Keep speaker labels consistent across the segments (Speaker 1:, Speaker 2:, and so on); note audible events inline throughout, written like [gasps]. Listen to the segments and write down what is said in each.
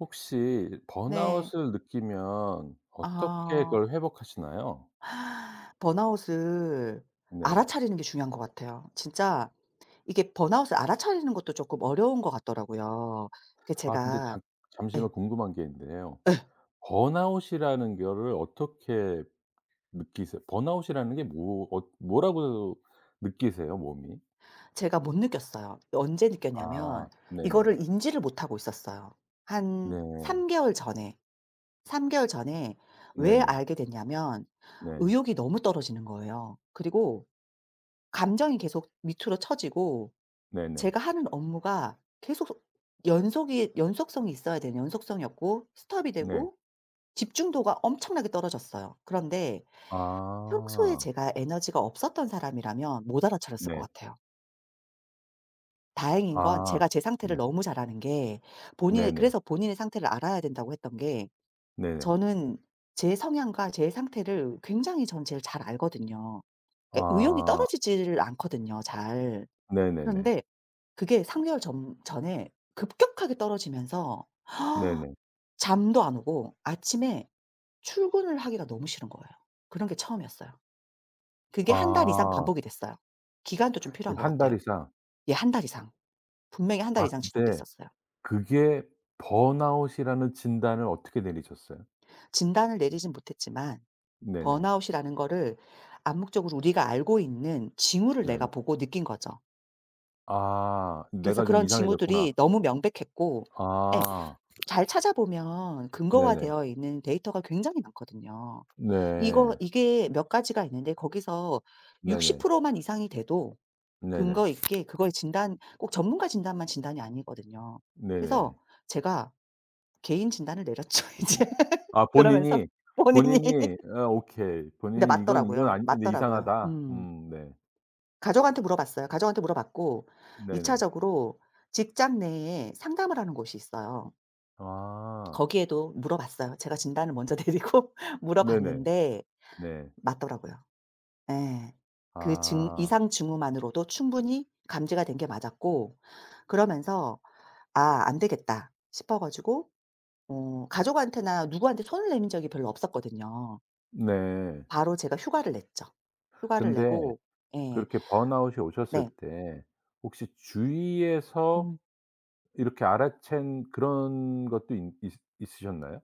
Speaker 1: 혹시
Speaker 2: 네.
Speaker 1: 번아웃을 느끼면 어떻게
Speaker 2: 아,
Speaker 1: 그걸 회복하시나요?
Speaker 2: 번아웃을
Speaker 1: 네.
Speaker 2: 알아차리는 게 중요한 것 같아요. 진짜 이게 번아웃을 알아차리는 것도 조금 어려운 것 같더라고요. 그
Speaker 1: 아, 근데
Speaker 2: 제가
Speaker 1: 잠 잠시만
Speaker 2: 예.
Speaker 1: 궁금한 게 있는데요. 번아웃이라는 거를 어떻게 느끼세요? 번아웃이라는 게 뭐 뭐라고 느끼세요, 몸이?
Speaker 2: 제가 못 느꼈어요. 언제
Speaker 1: 아,
Speaker 2: 느꼈냐면
Speaker 1: 네네.
Speaker 2: 이거를 인지를 못하고 있었어요. 한
Speaker 1: 네.
Speaker 2: 3 개월 전에, 삼 개월 전에 왜
Speaker 1: 네네.
Speaker 2: 알게 됐냐면
Speaker 1: 네.
Speaker 2: 의욕이 너무 떨어지는 거예요. 그리고 감정이 계속 밑으로 처지고
Speaker 1: 네네.
Speaker 2: 제가 하는 업무가 계속 연속이 연속성이 있어야 되는, 연속성이 없고 스톱이
Speaker 1: 네.
Speaker 2: 되고 집중도가 엄청나게 떨어졌어요. 그런데 평소에
Speaker 1: 아,
Speaker 2: 제가 에너지가 없었던 사람이라면 못 알아차렸을 것
Speaker 1: 네.
Speaker 2: 같아요. 다행인 건
Speaker 1: 아,
Speaker 2: 제가 제 상태를
Speaker 1: 네.
Speaker 2: 너무 잘 아는 게,
Speaker 1: 네네.
Speaker 2: 본인의 상태를 알아야 된다고 했던 게,
Speaker 1: 네네.
Speaker 2: 저는 제 성향과 제 상태를 굉장히, 전 제일 잘 알거든요. 그러니까 의욕이
Speaker 1: 아,
Speaker 2: 떨어지지를 않거든요, 잘.
Speaker 1: 네네네.
Speaker 2: 그런데 그게 3 개월 전 전에 급격하게 떨어지면서 [gasps]
Speaker 1: 네네.
Speaker 2: 잠도 안 오고 아침에 출근을 하기가 너무 싫은 거예요. 그런 게 처음이었어요. 그게 한 달 이상
Speaker 1: 아,
Speaker 2: 반복이 됐어요. 기간도 좀
Speaker 1: 그
Speaker 2: 필요한 것
Speaker 1: 한 달
Speaker 2: 같아요.
Speaker 1: 이상.
Speaker 2: 예, 한 달 이상. 분명히 한 달
Speaker 1: 아,
Speaker 2: 이상
Speaker 1: 근데
Speaker 2: 지속됐었어요.
Speaker 1: 그게 번아웃이라는 진단을 어떻게 내리셨어요?
Speaker 2: 진단을 내리진 못했지만
Speaker 1: 네네.
Speaker 2: 번아웃이라는 거를 암묵적으로 우리가 알고 있는 징후를 내가
Speaker 1: 네네.
Speaker 2: 보고 느낀 거죠.
Speaker 1: 아,
Speaker 2: 그래서
Speaker 1: 내가 좀
Speaker 2: 그런
Speaker 1: 이상해졌구나.
Speaker 2: 징후들이 너무 명백했고, 예,
Speaker 1: 아,
Speaker 2: 잘 찾아보면
Speaker 1: 네네.
Speaker 2: 근거화되어 있는 데이터가 굉장히 많거든요. 이거
Speaker 1: 네.
Speaker 2: 이게 몇 가지가 있는데 거기서 60%
Speaker 1: 네네.
Speaker 2: 만 이상이 돼도
Speaker 1: 네네.
Speaker 2: 근거 있게 그걸 진단, 꼭 전문가 진단만 진단이 아니거든요.
Speaker 1: 네네.
Speaker 2: 그래서 제가 개인 진단을 내렸죠 [laughs] 이제.
Speaker 1: 아,
Speaker 2: 그러면서
Speaker 1: 본인이
Speaker 2: 본인이
Speaker 1: 본인이
Speaker 2: [laughs]
Speaker 1: 아, 오케이.
Speaker 2: 근데
Speaker 1: 본인이 '이건
Speaker 2: 맞더라고요.
Speaker 1: 아니, 근데
Speaker 2: 맞더라고요.
Speaker 1: 이상하다.'
Speaker 2: 음.
Speaker 1: 음, 네.
Speaker 2: 가족한테 물어봤어요. 가족한테 물어봤고 2
Speaker 1: 네네.
Speaker 2: 차적으로 직장 내에 상담을 하는 곳이 있어요.
Speaker 1: 아,
Speaker 2: 거기에도 물어봤어요. 제가 진단을 먼저 [laughs] 내리고
Speaker 1: 네네.
Speaker 2: 물어봤는데
Speaker 1: 네.
Speaker 2: 맞더라고요. 예. 그 증
Speaker 1: 아,
Speaker 2: 이상 징후만으로도 충분히 감지가 된 게 맞았고, 그러면서 '아, 안 되겠다.' 싶어 가지고, 가족한테나 누구한테 손을 내민 적이 별로 없었거든요.
Speaker 1: 네.
Speaker 2: 바로 제가 휴가를 냈죠. 휴가를
Speaker 1: 근데
Speaker 2: 내고, 예.
Speaker 1: 그렇게 번아웃이 오셨을
Speaker 2: 네.
Speaker 1: 때 혹시 주위에서
Speaker 2: 음
Speaker 1: 이렇게 알아챈 그런 것도 있 있 있으셨나요?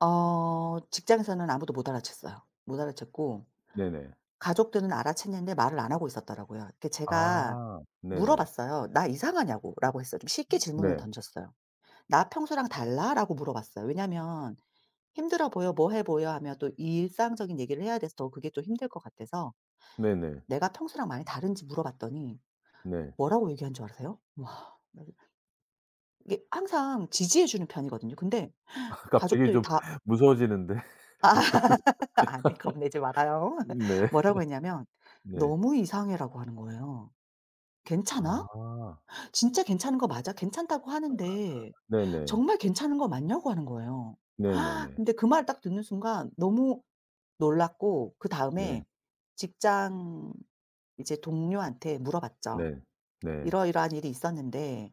Speaker 2: 직장에서는 아무도 못 알아챘어요. 못 알아챘고
Speaker 1: 네네.
Speaker 2: 가족들은 알아챘는데 말을 안 하고 있었더라고요. 그, 제가
Speaker 1: 아, 네네.
Speaker 2: 물어봤어요. "나 이상하냐."고 라고 했어요. 좀 쉽게 질문을
Speaker 1: 네.
Speaker 2: 던졌어요. "나 평소랑 달라?"라고 물어봤어요. 왜냐면 힘들어 보여, 뭐해 보여 하면 또 일상적인 얘기를 해야 돼서 더 그게 좀 힘들 것 같아서,
Speaker 1: 네네.
Speaker 2: 내가 평소랑 많이 다른지 물어봤더니,
Speaker 1: 네. [laughs]
Speaker 2: 뭐라고 얘기한 줄 아세요? 와. 이게 항상 지지해 주는 편이거든요. 근데
Speaker 1: 아, 갑자기
Speaker 2: 가족들이
Speaker 1: 좀
Speaker 2: 다
Speaker 1: 무서워지는데. [laughs] 뭐라
Speaker 2: [laughs] 안 해. 겁내지 말아요. [laughs]
Speaker 1: 네.
Speaker 2: 뭐라고 했냐면
Speaker 1: 네.
Speaker 2: "너무 이상해."라고 하는 거예요. "괜찮아?
Speaker 1: 아,
Speaker 2: 진짜 괜찮은 거 맞아? 괜찮다고 하는데
Speaker 1: 네네.
Speaker 2: 정말 괜찮은 거 맞냐?"고 하는 거예요. [gasps]
Speaker 1: 네네네.
Speaker 2: 근데 그 말을 딱 듣는 순간 너무 놀랐고,
Speaker 1: 네.
Speaker 2: 그다음에 직장 이제 동료한테 물어봤죠.
Speaker 1: 네. 네. 네.
Speaker 2: "이러이러한 일이 있었는데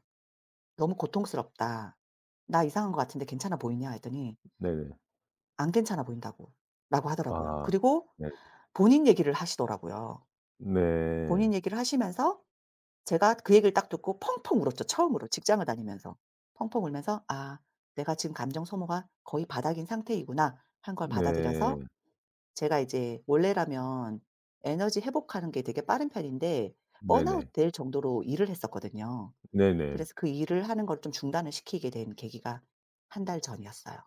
Speaker 2: 너무 고통스럽다. 나 이상한 것 같은데 괜찮아 보이냐?" 했더니
Speaker 1: 네네.
Speaker 2: "안 괜찮아 보인다."고 라고 하더라고요.
Speaker 1: 아,
Speaker 2: 그리고
Speaker 1: 네.
Speaker 2: 본인 얘기를 하시더라고요.
Speaker 1: 네.
Speaker 2: 본인 얘기를 하시면서, 제가 그 얘기를 딱 듣고 펑펑 울었죠, 처음으로 직장을 다니면서. 펑펑 울면서 '아, 내가 지금 감정 소모가 거의 바닥인 상태이구나.' 한 걸
Speaker 1: 네.
Speaker 2: 받아들여서, 제가 이제 원래라면 에너지 회복하는 게 되게 빠른 편인데 번아웃
Speaker 1: 네네.
Speaker 2: 될 정도로 일을 했었거든요.
Speaker 1: 네네.
Speaker 2: 그래서 그 일을 하는 걸 좀 중단을 시키게 된 계기가 한 달 전이었어요.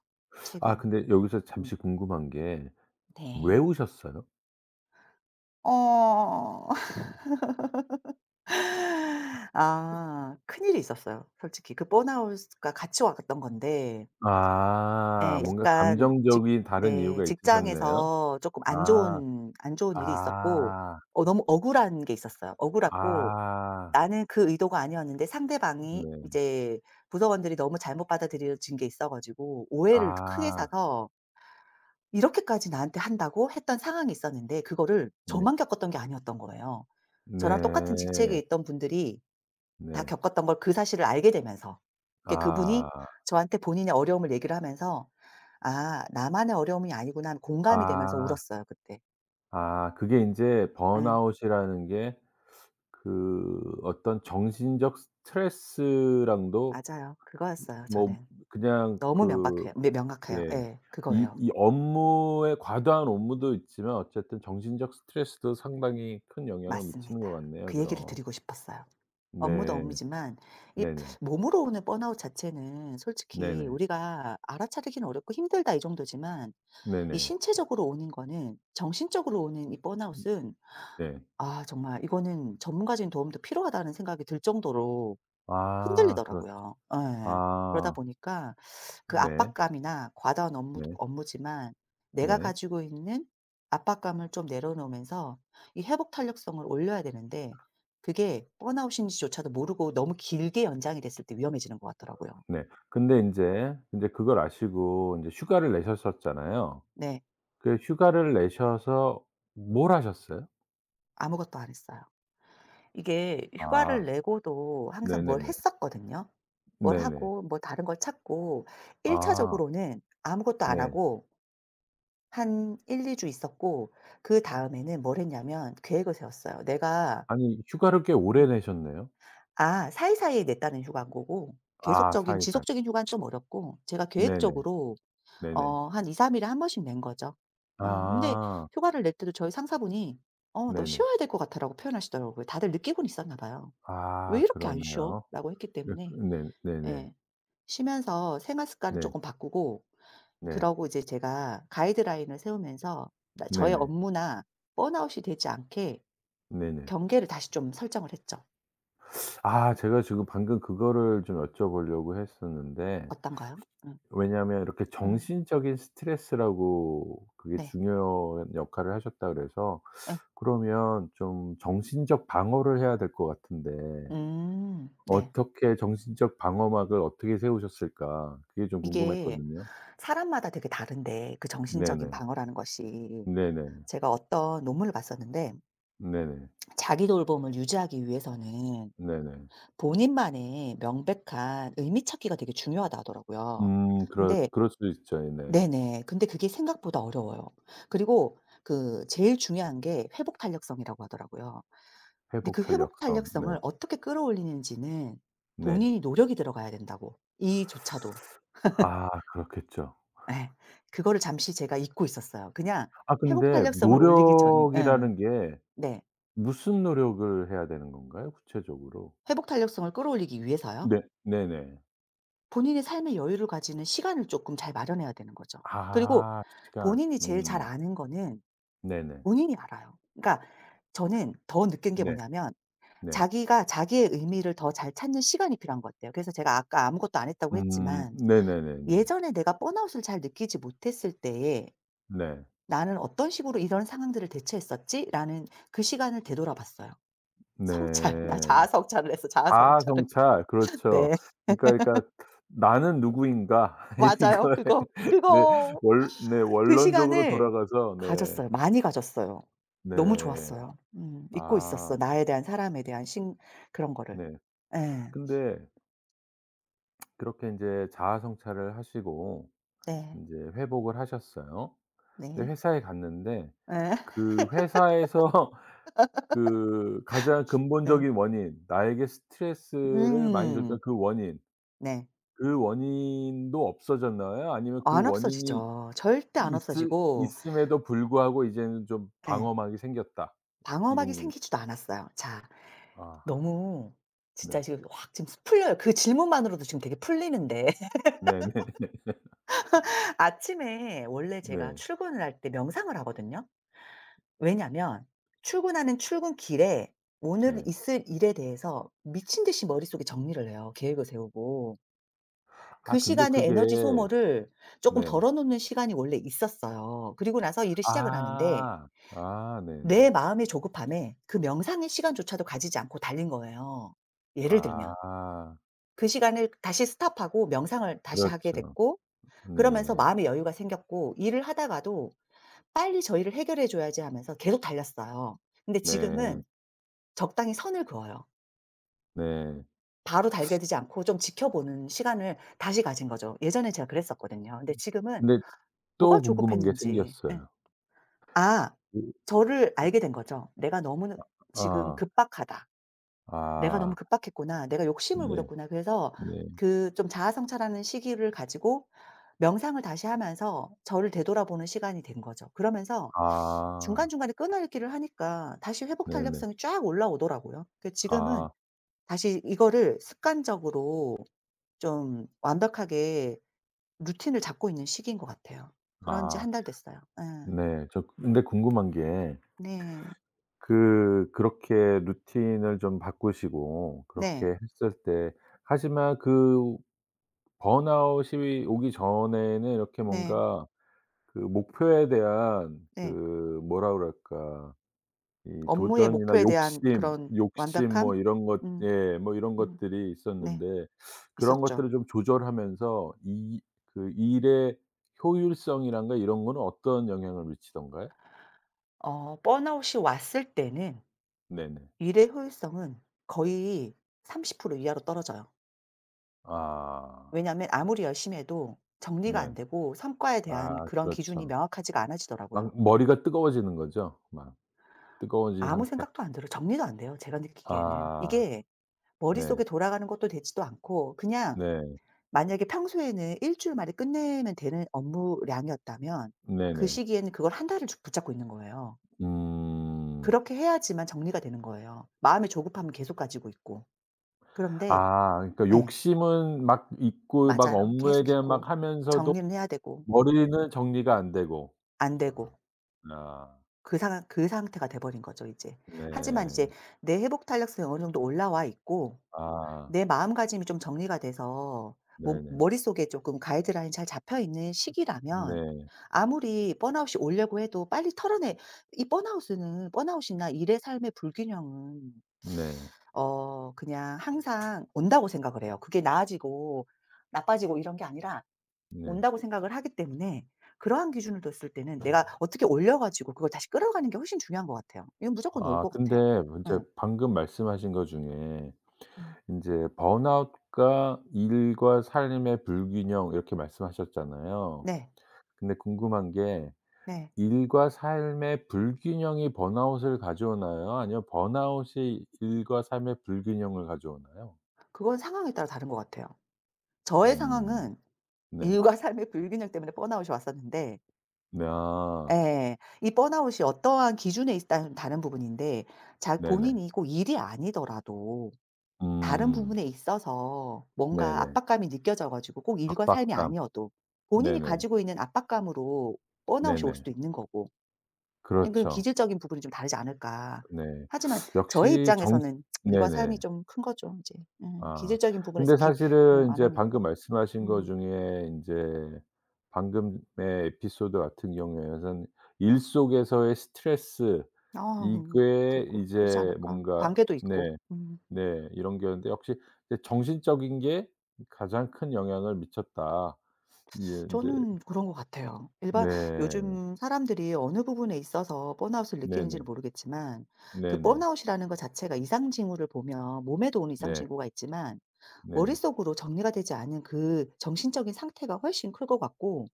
Speaker 1: 아,
Speaker 2: 최근.
Speaker 1: 근데 여기서
Speaker 2: 음.
Speaker 1: 잠시 궁금한 게 왜
Speaker 2: 네.
Speaker 1: 우셨어요?
Speaker 2: 어. [laughs] 아, 큰일이 있었어요. 솔직히 그 번아웃과 같이 왔던 건데,
Speaker 1: 아,
Speaker 2: 예,
Speaker 1: 뭔가
Speaker 2: 약간 직
Speaker 1: 감정적인 다른
Speaker 2: 네
Speaker 1: 이유가 있으셨네요.
Speaker 2: 직장에서 조금 안
Speaker 1: 아.
Speaker 2: 좋은 안 좋은 일이 있었고,
Speaker 1: 아.
Speaker 2: 너무 억울한 게 있었어요. 억울했고,
Speaker 1: 아.
Speaker 2: 나는 그 의도가 아니었는데 상대방이
Speaker 1: 네.
Speaker 2: 이제, 부서원들이 너무 잘못 받아들여진 게 있어 가지고 오해를 크게
Speaker 1: 아.
Speaker 2: 사서 "이렇게까지 나한테 한다고?" 했던 상황이 있었는데, 그거를
Speaker 1: 네.
Speaker 2: 저만 겪었던 게 아니었던 거예요. 저랑 똑같은 직책에
Speaker 1: 네.
Speaker 2: 있던 분들이 다
Speaker 1: 네.
Speaker 2: 겪었던 걸, 그 사실을 알게 되면서, 그러니까 그분이
Speaker 1: 아.
Speaker 2: 저한테 본인의 어려움을 얘기를 하면서 '아, 나만의 어려움이 아니구나.' 공감이 되면서
Speaker 1: 아.
Speaker 2: 울었어요 그때.
Speaker 1: 아, 그게 인제
Speaker 2: 예.
Speaker 1: 번아웃이라는 게 그 어떤 정신적 스트레스랑도
Speaker 2: 맞아요. 그거였어요,
Speaker 1: 뭐
Speaker 2: 저는.
Speaker 1: 그냥
Speaker 2: 너무 명확
Speaker 1: 그
Speaker 2: 해요 네 명확해요.
Speaker 1: 예.
Speaker 2: 예.
Speaker 1: 이
Speaker 2: 그거예요.
Speaker 1: 이 업무의 과도한 업무도 있지만 어쨌든 정신적 스트레스도 상당히 큰 영향을 미치는 것
Speaker 2: 맞습니다.
Speaker 1: 같네요,
Speaker 2: 그 얘기를
Speaker 1: 그럼.
Speaker 2: 드리고 싶었어요. 업무도
Speaker 1: 네.
Speaker 2: 업무지만 이
Speaker 1: 네네.
Speaker 2: 몸으로 오는 번아웃 자체는 솔직히
Speaker 1: 네네.
Speaker 2: 우리가 알아차리기는 어렵고 "힘들다." 이 정도지만, 이
Speaker 1: 네네.
Speaker 2: 신체적으로 오는 거는, 정신적으로 오는 이 번아웃은,
Speaker 1: 네.
Speaker 2: 아 정말 이거는 전문가적인 도움도 필요하다는 생각이 들 정도로
Speaker 1: 아, 그렇
Speaker 2: 흔들리더라고요. 예. 그러다
Speaker 1: 아
Speaker 2: 보니까 그
Speaker 1: 네.
Speaker 2: 압박감이나 과다한 업무도
Speaker 1: 네.
Speaker 2: 업무지만, 내가
Speaker 1: 네.
Speaker 2: 가지고 있는 압박감을 좀 내려놓으면서 이 회복 탄력성을 올려야 되는데, 그게 번아웃인지조차도 모르고 너무 길게 연장이 됐을 때 위험해지는 것 같더라고요.
Speaker 1: 네. 근데 인제 근데 그걸 아시고 인제 휴가를 내셨었잖아요.
Speaker 2: 네.
Speaker 1: 그 휴가를 내셔서 뭘 하셨어요?
Speaker 2: 아무것도 안 했어요. 이게
Speaker 1: 아,
Speaker 2: 휴가를 내고도 항상 뭘
Speaker 1: 네네네.
Speaker 2: 했었거든요. 뭘
Speaker 1: 네네.
Speaker 2: 하고, 뭐 다른 걸 찾고. 1
Speaker 1: 아,
Speaker 2: 차적으로는 아무것도 안
Speaker 1: 네.
Speaker 2: 하고 한 1-2주 있었고, 그다음에는 뭘 했냐면 계획을 세웠어요, 내가.
Speaker 1: 아니, 휴가를 꽤 오래 내셨네요.
Speaker 2: 아, 사이사이에 냈다는 휴가인 거고,
Speaker 1: 아,
Speaker 2: 계속적인
Speaker 1: 사이사이.
Speaker 2: 지속적인 휴가는 좀 어렵고, 제가
Speaker 1: 네네.
Speaker 2: 계획적으로
Speaker 1: 네네.
Speaker 2: 한 2-3 일에 한 번씩 낸 거죠. 예. 근데
Speaker 1: 아,
Speaker 2: 휴가를 낼 때도 저희 상사분이 "어 너
Speaker 1: 네네.
Speaker 2: 쉬어야 될 것 같아."라고 표현하시더라고요. 다들 느끼고는 있었나 봐요. "왜
Speaker 1: 아,
Speaker 2: 이렇게 안
Speaker 1: 그러네요.
Speaker 2: 쉬어?"라고 했기
Speaker 1: 네,
Speaker 2: 때문에.
Speaker 1: 네, 네네.
Speaker 2: 예. 쉬면서 생활 습관을
Speaker 1: 네.
Speaker 2: 쪼끔 바꾸고,
Speaker 1: 네.
Speaker 2: 그러고 이제 제가 가이드라인을 세우면서 나 저의
Speaker 1: 네네.
Speaker 2: 업무나 번아웃이 되지 않게
Speaker 1: 네네.
Speaker 2: 경계를 다시 좀 설정을 했죠.
Speaker 1: 아, 제가 지금 방금 그거를 좀 여쭤보려고 했었는데
Speaker 2: 어떤가요? 응,
Speaker 1: 왜냐하면 이렇게
Speaker 2: 응,
Speaker 1: 정신적인 스트레스라고 그게
Speaker 2: 네.
Speaker 1: 중요한 역할을 하셨다 그래서
Speaker 2: 네,
Speaker 1: 그러면 좀 정신적 방어를 해야 될 것 같은데
Speaker 2: 네.
Speaker 1: 어떻게 정신적 방어막을 어떻게 세우셨을까, 그게 좀
Speaker 2: 이게
Speaker 1: 궁금했거든요.
Speaker 2: 사람마다 되게 다른데, 그 정신적인
Speaker 1: 네네.
Speaker 2: 방어라는 것이,
Speaker 1: 네네.
Speaker 2: 제가 어떤 논문을 봤었는데
Speaker 1: 네네.
Speaker 2: 자기 돌봄을 유지하기 위해서는
Speaker 1: 네네.
Speaker 2: 본인만의 명백한 의미 찾기가 되게 중요하다 하더라고요.
Speaker 1: 음, 그럴
Speaker 2: 근데
Speaker 1: 그럴 수도 있죠. 예, 네.
Speaker 2: 네네. 근데 그게 생각보다 어려워요. 그리고 그 제일 중요한 게 회복 탄력성이라고 하더라고요. 근데
Speaker 1: 회복
Speaker 2: 그 회복
Speaker 1: 탄력성. 네.
Speaker 2: 탄력성을 어떻게 끌어올리는지는
Speaker 1: 네.
Speaker 2: 본인이 노력이 들어가야 된다고, 이조차도.
Speaker 1: 아, 그렇겠죠.
Speaker 2: 예. 그거를 잠시 제가 잊고 있었어요. 그냥
Speaker 1: 아,
Speaker 2: 회복
Speaker 1: 근데
Speaker 2: 탄력성을 올리기 전, 예.
Speaker 1: 노력이라는 게
Speaker 2: 네.
Speaker 1: 무슨 노력을 해야 되는 건가요? 구체적으로?
Speaker 2: 회복 탄력성을 끌어올리기 위해서요.
Speaker 1: 네. 네네.
Speaker 2: 본인의 삶의 여유를 가지는 시간을 쪼끔 잘 마련해야 되는 거죠. 그리고
Speaker 1: 아, 시간.
Speaker 2: 본인이 제일 잘
Speaker 1: 음.
Speaker 2: 아는 거는
Speaker 1: 네네.
Speaker 2: 본인이 알아요. 그러니까 저는 더 느낀 게
Speaker 1: 네.
Speaker 2: 뭐냐면
Speaker 1: 네.
Speaker 2: 자기가 자기의 의미를 더 잘 찾는 시간이 필요한 것 같아요. 그래서 제가 아까 아무것도 안 했다고
Speaker 1: 음.
Speaker 2: 했지만
Speaker 1: 네네네네.
Speaker 2: 예전에 내가 번아웃을 잘 느끼지 못했을 때에
Speaker 1: 네.
Speaker 2: '나는 어떤 식으로 이런 상황들을 대처했었지?'라는 그 시간을 되돌아 봤어요. 성찰. [laughs] 나
Speaker 1: 네.
Speaker 2: 자아 성찰을 했어, 자아
Speaker 1: 자아
Speaker 2: 성찰을.
Speaker 1: 성찰.
Speaker 2: [laughs] 네.
Speaker 1: 그렇죠. 그러니까, '나는 누구인가?'
Speaker 2: 맞아요.
Speaker 1: [laughs] 이거에
Speaker 2: 그거,
Speaker 1: 네.
Speaker 2: 그거.
Speaker 1: 원 네.
Speaker 2: 그
Speaker 1: 원론적으로
Speaker 2: 시간을
Speaker 1: 돌아가서 네.
Speaker 2: 가졌어요. 많이 가졌어요. 너무
Speaker 1: 네.
Speaker 2: 좋았어요. 음. 잊고
Speaker 1: 아,
Speaker 2: 있었어. 나에 대한, 사람에 대한 신, 그런 거를.
Speaker 1: 네.
Speaker 2: 예. 네.
Speaker 1: 근데 그렇게 인제 자아 성찰을 하시고
Speaker 2: 네.
Speaker 1: 인제 회복을 하셨어요. 근데
Speaker 2: 네.
Speaker 1: 회사에 갔는데
Speaker 2: 예.
Speaker 1: 그 회사에서 [laughs] 그 가장
Speaker 2: 예.
Speaker 1: 근본적인 원인, 나에게 스트레스를 많이
Speaker 2: 음.
Speaker 1: 줬던 그 원인,
Speaker 2: 네.
Speaker 1: 그 원인도 없어졌나요? 아니면 그
Speaker 2: 안
Speaker 1: 원인이
Speaker 2: 없어지죠. 절대 안
Speaker 1: 있
Speaker 2: 없어지고,
Speaker 1: 있음에도 불구하고 이제는 좀
Speaker 2: 예,
Speaker 1: 방어막이 생겼다.
Speaker 2: 방어막이
Speaker 1: 이건
Speaker 2: 생기지도 않았어요. 자,
Speaker 1: 아
Speaker 2: 너무, 진짜
Speaker 1: 네.
Speaker 2: 지금 확 지금 풀려요. 그 질문만으로도 지금 되게 풀리는데
Speaker 1: 네네. 네. [laughs]
Speaker 2: [laughs] 아침에 원래 제가
Speaker 1: 네.
Speaker 2: 출근을 할 때 명상을 하거든요. 왜냐면 출근하는 출근길에 오늘
Speaker 1: 네.
Speaker 2: 있을 일에 대해서 미친 듯이 머릿속에 정리를 해요, 계획을 세우고.
Speaker 1: 아,
Speaker 2: 그
Speaker 1: 근데
Speaker 2: 시간에
Speaker 1: 그게
Speaker 2: 에너지 소모를 쪼끔
Speaker 1: 네.
Speaker 2: 덜어 놓는 시간이 원래 있었어요. 그리고 나서 일을 시작을 하는데,
Speaker 1: 아. 아, 네네.
Speaker 2: 내 마음의 조급함에 그 명상의 시간조차도 가지지 않고 달린 거예요, 예를 들면.
Speaker 1: 아.
Speaker 2: 그 시간을 다시 스톱하고 명상을 다시 하게
Speaker 1: 그렇죠.
Speaker 2: 됐고, 그러면서
Speaker 1: 네.
Speaker 2: 마음의 여유가 생겼고, 일을 하다가도 '빨리 저 일을 해결해 줘야지.' 하면서 계속 달렸어요. 근데
Speaker 1: 네.
Speaker 2: 지금은 적당히 선을 그어요.
Speaker 1: 네.
Speaker 2: 바로 달게 되지 않고 좀 지켜보는 시간을 다시 가진 거죠. 예전에 제가 그랬었거든요. 근데 지금은
Speaker 1: 근데
Speaker 2: 뭐가
Speaker 1: 또 궁금한 게
Speaker 2: 조급했는지, 예.
Speaker 1: 생겼어요.
Speaker 2: 아,
Speaker 1: 그
Speaker 2: 저를 알게 된 거죠. '내가 너무 지금
Speaker 1: 아.
Speaker 2: 급박하다. 내가 너무
Speaker 1: 아.
Speaker 2: 급박했구나. 내가 욕심을
Speaker 1: 네.
Speaker 2: 부렸구나.' 그래서
Speaker 1: 네.
Speaker 2: 그 좀 자아성찰하는 시기를 가지고 명상을 다시 하면서 저를 되돌아보는 시간이 된 거죠. 그러면서
Speaker 1: 아.
Speaker 2: 중간중간에 끊어읽기를 하니까 다시 회복
Speaker 1: 네네.
Speaker 2: 탄력성이 쫙 올라오더라고요. 그, 지금은
Speaker 1: 아.
Speaker 2: 다시 이거를 습관적으로 좀 완벽하게 루틴을 잡고 있는 시기인 것 같아요. 그런 지
Speaker 1: 아.
Speaker 2: 한 달 됐어요. 예.
Speaker 1: 네. 저, 근데 궁금한 게
Speaker 2: 네.
Speaker 1: 그렇게 루틴을 좀 바꾸시고
Speaker 2: 네.
Speaker 1: 그렇게 했을 때 하지만 그 번아웃이 오기 전에는 이렇게
Speaker 2: 네.
Speaker 1: 뭔가 그 목표에 대한 그
Speaker 2: 네.
Speaker 1: 뭐라 그럴까 이
Speaker 2: 업무의
Speaker 1: 도전이나
Speaker 2: 목표에 대한
Speaker 1: 욕심,
Speaker 2: 그런
Speaker 1: 욕심 뭐
Speaker 2: 완벽함?
Speaker 1: 이런 것
Speaker 2: 음.
Speaker 1: 예 뭐 이런
Speaker 2: 음.
Speaker 1: 것들이
Speaker 2: 네.
Speaker 1: 있었는데 그런
Speaker 2: 있었죠.
Speaker 1: 것들을 좀 조절하면서 이 그 일의 효율성이란가 이런 거는 어떤 영향을 미치던가요?
Speaker 2: 번아웃이 왔을 때는
Speaker 1: 네네.
Speaker 2: 일의 효율성은 거의 30% 이하로 떨어져요.
Speaker 1: 아,
Speaker 2: 왜냐하면 아무리 열심히 해도 정리가
Speaker 1: 네.
Speaker 2: 안 되고 성과에 대한
Speaker 1: 아,
Speaker 2: 그런 기준이
Speaker 1: 그렇죠.
Speaker 2: 명확하지가 않아지더라고요.
Speaker 1: 막 머리가 뜨거워지는 거죠? 막 뜨거워진
Speaker 2: 아무
Speaker 1: 상태.
Speaker 2: 생각도 안 들어요. 정리도 안 돼요, 제가 느끼기에는.
Speaker 1: 아,
Speaker 2: 이게
Speaker 1: 네.
Speaker 2: 머릿속에 돌아가는 것도 되지도 않고 그냥,
Speaker 1: 네.
Speaker 2: 만약에 평소에는 일 주일 만에 끝내면 되는 업무량이었다면 그
Speaker 1: 네네.
Speaker 2: 시기에는 그걸 한 달을 쭉 붙잡고 있는 거예요.
Speaker 1: 음.
Speaker 2: 그렇게 해야지만 정리가 되는 거예요. 마음의 조급함은 계속 가지고 있고. 그런데,
Speaker 1: 아, 그러니까
Speaker 2: 예.
Speaker 1: 욕심은 막 있고 막
Speaker 2: 맞아요.
Speaker 1: 업무에
Speaker 2: 계속
Speaker 1: 대한
Speaker 2: 있고
Speaker 1: 막 하면서도
Speaker 2: 정리는 해야 되고,
Speaker 1: 머리는 정리가 안 되고.
Speaker 2: 안
Speaker 1: 아.
Speaker 2: 되고,
Speaker 1: 아.
Speaker 2: 그 상황 그 상태가 돼 버린 거죠 이제. 하지만 이제
Speaker 1: 네.
Speaker 2: 내 회복 탄력성이 어느 정도 올라와 있고
Speaker 1: 아.
Speaker 2: 내 마음가짐이 좀 정리가 돼서 몸
Speaker 1: 네네.
Speaker 2: 머릿속에 조금 가이드라인이 잘 잡혀 있는 시기라면
Speaker 1: 네.
Speaker 2: 아무리 번아웃이 오려고 해도 빨리 털어내, 이 번아웃은, 번아웃이나 일의 삶의 불균형은
Speaker 1: 네.
Speaker 2: 그냥 항상 온다고 생각을 해요. 그게 나아지고 나빠지고 이런 게 아니라
Speaker 1: 네.
Speaker 2: 온다고 생각을 하기 때문에, 그러한 기준을 뒀을 때는 내가 어떻게 올려 가지고 그걸 다시 끌어가는 게 훨씬 중요한 것 같아요. 이건 무조건 올
Speaker 1: 아,
Speaker 2: 것 같아요.
Speaker 1: 근데 인제
Speaker 2: 응.
Speaker 1: 방금 말씀하신 것 중에
Speaker 2: 음.
Speaker 1: 인제 번아웃과 일과 삶의 불균형 이렇게 말씀하셨잖아요.
Speaker 2: 네.
Speaker 1: 근데 궁금한 게
Speaker 2: 네.
Speaker 1: 일과 삶의 불균형이 번아웃을 가져오나요? 아니면 번아웃이 일과 삶의 불균형을 가져오나요?
Speaker 2: 그건 상황에 따라 다른 것 같아요. 저의
Speaker 1: 음.
Speaker 2: 상황은
Speaker 1: 네.
Speaker 2: 일과 [laughs] 삶의 불균형 때문에 번아웃이 왔었는데,
Speaker 1: 네, 아.
Speaker 2: 예. 이 번아웃이 어떠한 기준에 있다는 다른 부분인데, 자
Speaker 1: 네네.
Speaker 2: 본인이 꼭 일이 아니더라도 다른
Speaker 1: 음.
Speaker 2: 부분에 있어서 뭔가
Speaker 1: 네네.
Speaker 2: 압박감이 느껴져 가지고, 꼭 일과 삶이
Speaker 1: 압박감.
Speaker 2: 아니어도 본인이
Speaker 1: 네네.
Speaker 2: 가지고 있는 압박감으로 번아웃이 올
Speaker 1: 네네.
Speaker 2: 수도 있는 거고, 예, 그
Speaker 1: 그렇죠.
Speaker 2: 기질적인 부분이 좀 다르지 않을까.
Speaker 1: 네.
Speaker 2: 하지만 저의
Speaker 1: 역시 정
Speaker 2: 입장에서는 일과 삶이
Speaker 1: 네네.
Speaker 2: 좀 큰 거죠 이제. 음,
Speaker 1: 아,
Speaker 2: 기질적인 부분에서,
Speaker 1: 근데
Speaker 2: 기 예,
Speaker 1: 사실은
Speaker 2: 안
Speaker 1: 인제
Speaker 2: 오니까.
Speaker 1: 방금 말씀하신 거
Speaker 2: 음.
Speaker 1: 중에 인제 방금의 에피소드 같은 경우에는 일 속에서의 스트레스
Speaker 2: 아. 음.
Speaker 1: 이게
Speaker 2: 그렇고 그러지
Speaker 1: 이제
Speaker 2: 않을까.
Speaker 1: 뭔가
Speaker 2: 관계도 있고.
Speaker 1: 네
Speaker 2: 음.
Speaker 1: 네 이런 게였는데 역시 이제 '정신적인 게 가장 큰 영향을 미쳤다.' 예 인제
Speaker 2: 저는 그런 것 같아요. 일반
Speaker 1: 네.
Speaker 2: 요즘 사람들이 어느 부분에 있어서 번아웃을 느끼는지는
Speaker 1: 네네.
Speaker 2: 모르겠지만, 그
Speaker 1: 네네.
Speaker 2: 번아웃이라는 것 자체가 이상 징후를 보면 몸에도 오는 이상
Speaker 1: 네.
Speaker 2: 징후가 있지만
Speaker 1: 네.
Speaker 2: 머릿속으로 정리가 되지 않은 그 정신적인 상태가 훨씬 클 것 같고,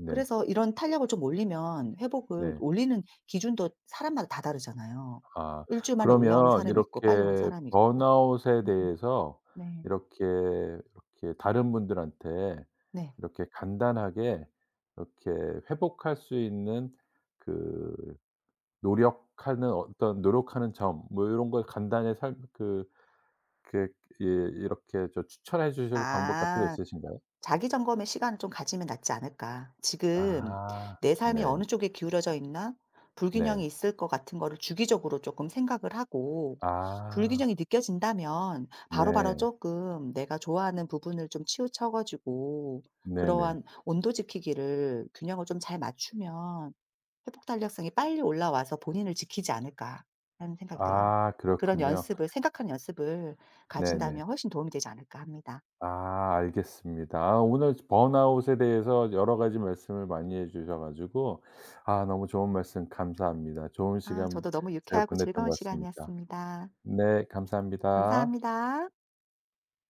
Speaker 1: 네.
Speaker 2: 그래서 이런 탄력을 좀 올리면, 회복을
Speaker 1: 네.
Speaker 2: 올리는 기준도 사람마다 다 다르잖아요.
Speaker 1: 아,
Speaker 2: 일 주일 만에 올라오는
Speaker 1: 그러면
Speaker 2: 사람이 있고, 빨리 오는
Speaker 1: 이렇게
Speaker 2: 사람이 있고.
Speaker 1: 번아웃에
Speaker 2: 음.
Speaker 1: 대해서
Speaker 2: 네.
Speaker 1: 이렇게 다른 분들한테
Speaker 2: 네.
Speaker 1: 이렇게 간단하게 이렇게 회복할 수 있는 그 노력하는 어떤 노력하는 점 뭐 요런 걸 간단히 살 그 이렇게 예 이렇게 저 추천해 주실 방법 같은 거
Speaker 2: 아.
Speaker 1: 있으신가요?
Speaker 2: 자기 점검의 시간을 좀 가지면 낫지 않을까. 지금
Speaker 1: 아.
Speaker 2: 내 삶이
Speaker 1: 네.
Speaker 2: 어느 쪽에 기울어져 있나? 불균형이
Speaker 1: 네.
Speaker 2: 있을 것 같은 거를 주기적으로 조금 생각을 하고,
Speaker 1: 아.
Speaker 2: 불균형이 느껴진다면 바로바로
Speaker 1: 네.
Speaker 2: 조금 내가 좋아하는 부분을 좀 치우쳐 가지고
Speaker 1: 네네.
Speaker 2: 그러한 온도 지키기를, 균형을 좀 잘 맞추면 회복 탄력성이 빨리 올라와서 본인을 지키지 않을까 하는 생각이 들어요.
Speaker 1: 아,
Speaker 2: 그런
Speaker 1: 그렇군요.
Speaker 2: 연습을, 생각하는 연습을
Speaker 1: 네네.
Speaker 2: 가진다면 훨씬 도움이 되지 않을까 합니다.
Speaker 1: 아, 알겠습니다. 아, 오늘 번아웃에 대해서 여러 가지 말씀을 많이 해 주셔 가지고 아, 너무 좋은 말씀 감사합니다. 좋은
Speaker 2: 아,
Speaker 1: 시간
Speaker 2: 저도 너무
Speaker 1: 제가
Speaker 2: 유쾌하고
Speaker 1: 보냈던
Speaker 2: 즐거운
Speaker 1: 것 같습니다.
Speaker 2: 시간이었습니다.
Speaker 1: 네, 감사합니다.
Speaker 2: 감사합니다.